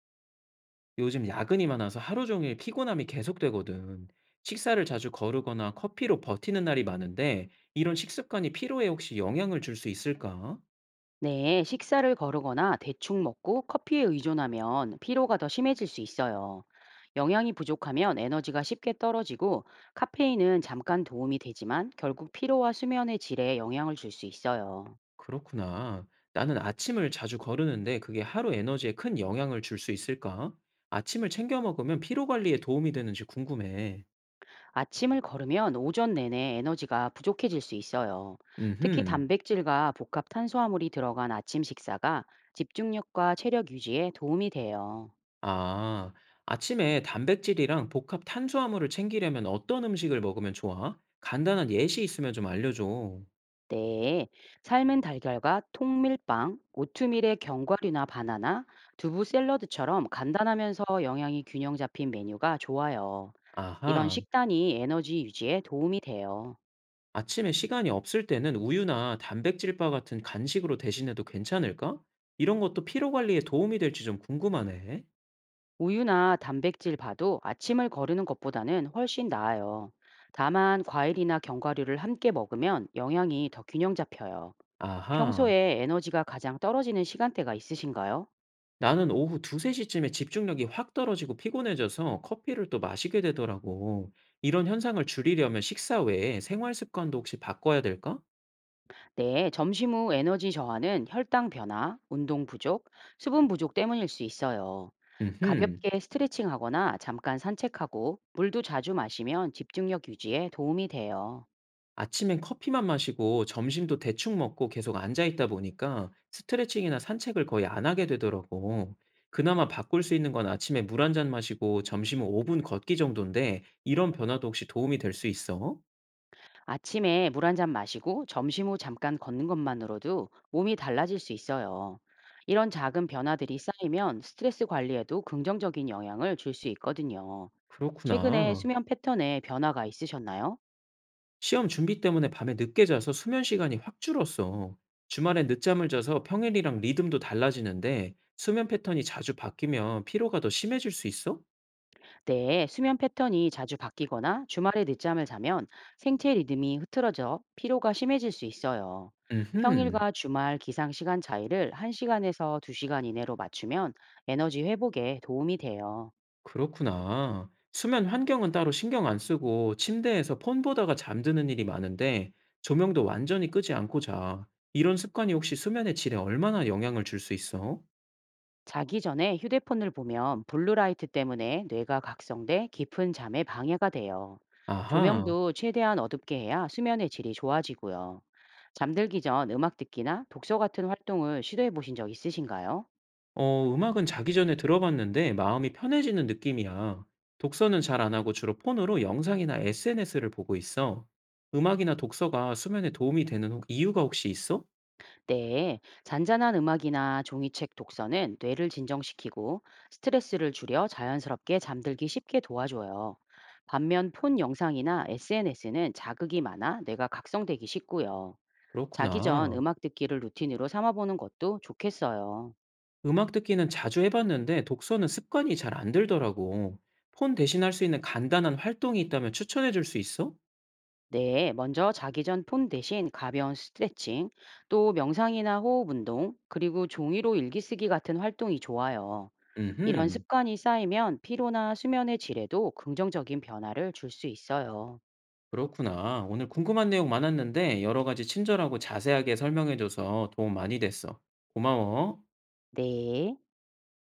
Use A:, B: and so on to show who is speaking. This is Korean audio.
A: 요즘 야근이 많아서 하루 종일 피곤함이 계속되거든. 식사를 자주 거르거나 커피로 버티는 날이 많은데, 이런 식습관이 피로에 혹시 영향을 줄 수 있을까?
B: 네, 식사를 거르거나 대충 먹고 커피에 의존하면 피로가 더 심해질 수 있어요. 영양이 부족하면 에너지가 쉽게 떨어지고 카페인은 잠깐 도움이 되지만 결국 피로와 수면의 질에 영향을 줄 수 있어요.
A: 그렇구나. 나는 아침을 자주 거르는데 그게 하루 에너지에 큰 영향을 줄 수 있을까? 아침을 챙겨 먹으면 피로 관리에 도움이 되는지 궁금해.
B: 아침을 걸으면 오전 내내 에너지가 부족해질 수 있어요. 특히
A: 음흠.
B: 단백질과 복합 탄수화물이 들어간 아침 식사가 집중력과 체력 유지에 도움이 돼요.
A: 아, 아침에 단백질이랑 복합 탄수화물을 챙기려면 어떤 음식을 먹으면 좋아? 간단한 예시 있으면 좀 알려줘.
B: 네, 삶은 달걀과 통밀빵, 오트밀에 견과류나 바나나, 두부 샐러드처럼 간단하면서 영양이 균형 잡힌 메뉴가 좋아요. 이런
A: 아하.
B: 식단이 에너지 유지에 도움이 돼요.
A: 아침에 시간이 없을 때는 우유나 단백질바 같은 간식으로 대신해도 괜찮을까? 이런 것도 피로 관리에 도움이 될지 좀 궁금하네.
B: 우유나 단백질 바도 아침을 거르는 것보다는 훨씬 나아요. 다만 과일이나 견과류를 함께 먹으면 영양이 더 균형 잡혀요.
A: 아하,
B: 평소에 에너지가 가장 떨어지는 시간대가 있으신가요?
A: 나는 오후 2, 3시쯤에 집중력이 확 떨어지고 피곤해져서 커피를 또 마시게 되더라고. 이런 현상을 줄이려면 식사 외에 생활 습관도 혹시 바꿔야 될까?
B: 네, 점심 후 에너지 저하는 혈당 변화, 운동 부족, 수분 부족 때문일 수 있어요.
A: 음흠.
B: 가볍게 스트레칭하거나 잠깐 산책하고 물도 자주 마시면 집중력 유지에 도움이 돼요.
A: 아침엔 커피만 마시고 점심도 대충 먹고 계속 앉아 있다 보니까 스트레칭이나 산책을 거의 안 하게 되더라고. 그나마 바꿀 수 있는 건 아침에 물 한 잔 마시고 점심은 5분 걷기 정도인데 이런 변화도 혹시 도움이 될 수 있어?
B: 아침에 물 한잔 마시고 점심 후 잠깐 걷는 것만으로도 몸이 달라질 수 있어요. 이런 작은 변화들이 쌓이면 스트레스 관리에도 긍정적인 영향을 줄 수 있거든요. 최근에
A: 그렇구나.
B: 수면 패턴에 변화가 있으셨나요?
A: 시험 준비 때문에 밤에 늦게 자서 수면 시간이 확 줄었어. 주말엔 늦잠을 자서 평일이랑 리듬도 달라지는데 수면 패턴이 자주 바뀌면 피로가 더 심해질 수 있어?
B: 네, 수면 패턴이 자주 바뀌거나 주말에 늦잠을 자면 생체 리듬이 흐트러져 피로가 심해질 수 있어요.
A: 음흠.
B: 평일과 주말 기상 시간 차이를 1시간에서 2시간 이내로 맞추면 에너지 회복에 도움이 돼요.
A: 그렇구나. 수면 환경은 따로 신경 안 쓰고 침대에서 폰 보다가 잠드는 일이 많은데 조명도 완전히 끄지 않고 자. 이런 습관이 혹시 수면의 질에 얼마나 영향을 줄 수 있어?
B: 자기 전에 휴대폰을 보면 블루라이트 때문에 뇌가 각성돼 깊은 잠에 방해가 돼요.
A: 아하.
B: 조명도 최대한 어둡게 해야 수면의 질이 좋아지고요. 잠들기 전 음악 듣기나 독서 같은 활동을 시도해 보신 적 있으신가요?
A: 어, 음악은 자기 전에 들어봤는데 마음이 편해지는 느낌이야. 독서는 잘 안 하고 주로 폰으로 영상이나 SNS를 보고 있어. 음악이나 독서가 수면에 도움이 되는 이유가 혹시 있어?
B: 네, 잔잔한 음악이나 종이책 독서는 뇌를 진정시키고 스트레스를 줄여 자연스럽게 잠들기 쉽게 도와줘요. 반면 폰 영상이나 SNS는 자극이 많아 뇌가 각성되기 쉽고요. 자기 전
A: 그렇구나.
B: 음악 듣기를 루틴으로 삼아보는 것도 좋겠어요.
A: 음악 듣기는 자주 해봤는데 독서는 습관이 잘 안 들더라고. 폰 대신 할 수 있는 간단한 활동이 있다면 추천해 줄 수 있어?
B: 네, 먼저 자기 전 폰 대신 가벼운 스트레칭, 또 명상이나 호흡 운동, 그리고 종이로 일기 쓰기 같은 활동이 좋아요. 이런
A: 음흠,
B: 습관이 쌓이면 피로나 수면의 질에도 긍정적인 변화를 줄 수 있어요.
A: 그렇구나. 오늘 궁금한 내용 많았는데 여러 가지 친절하고 자세하게 설명해줘서 도움 많이 됐어. 고마워.
B: 네.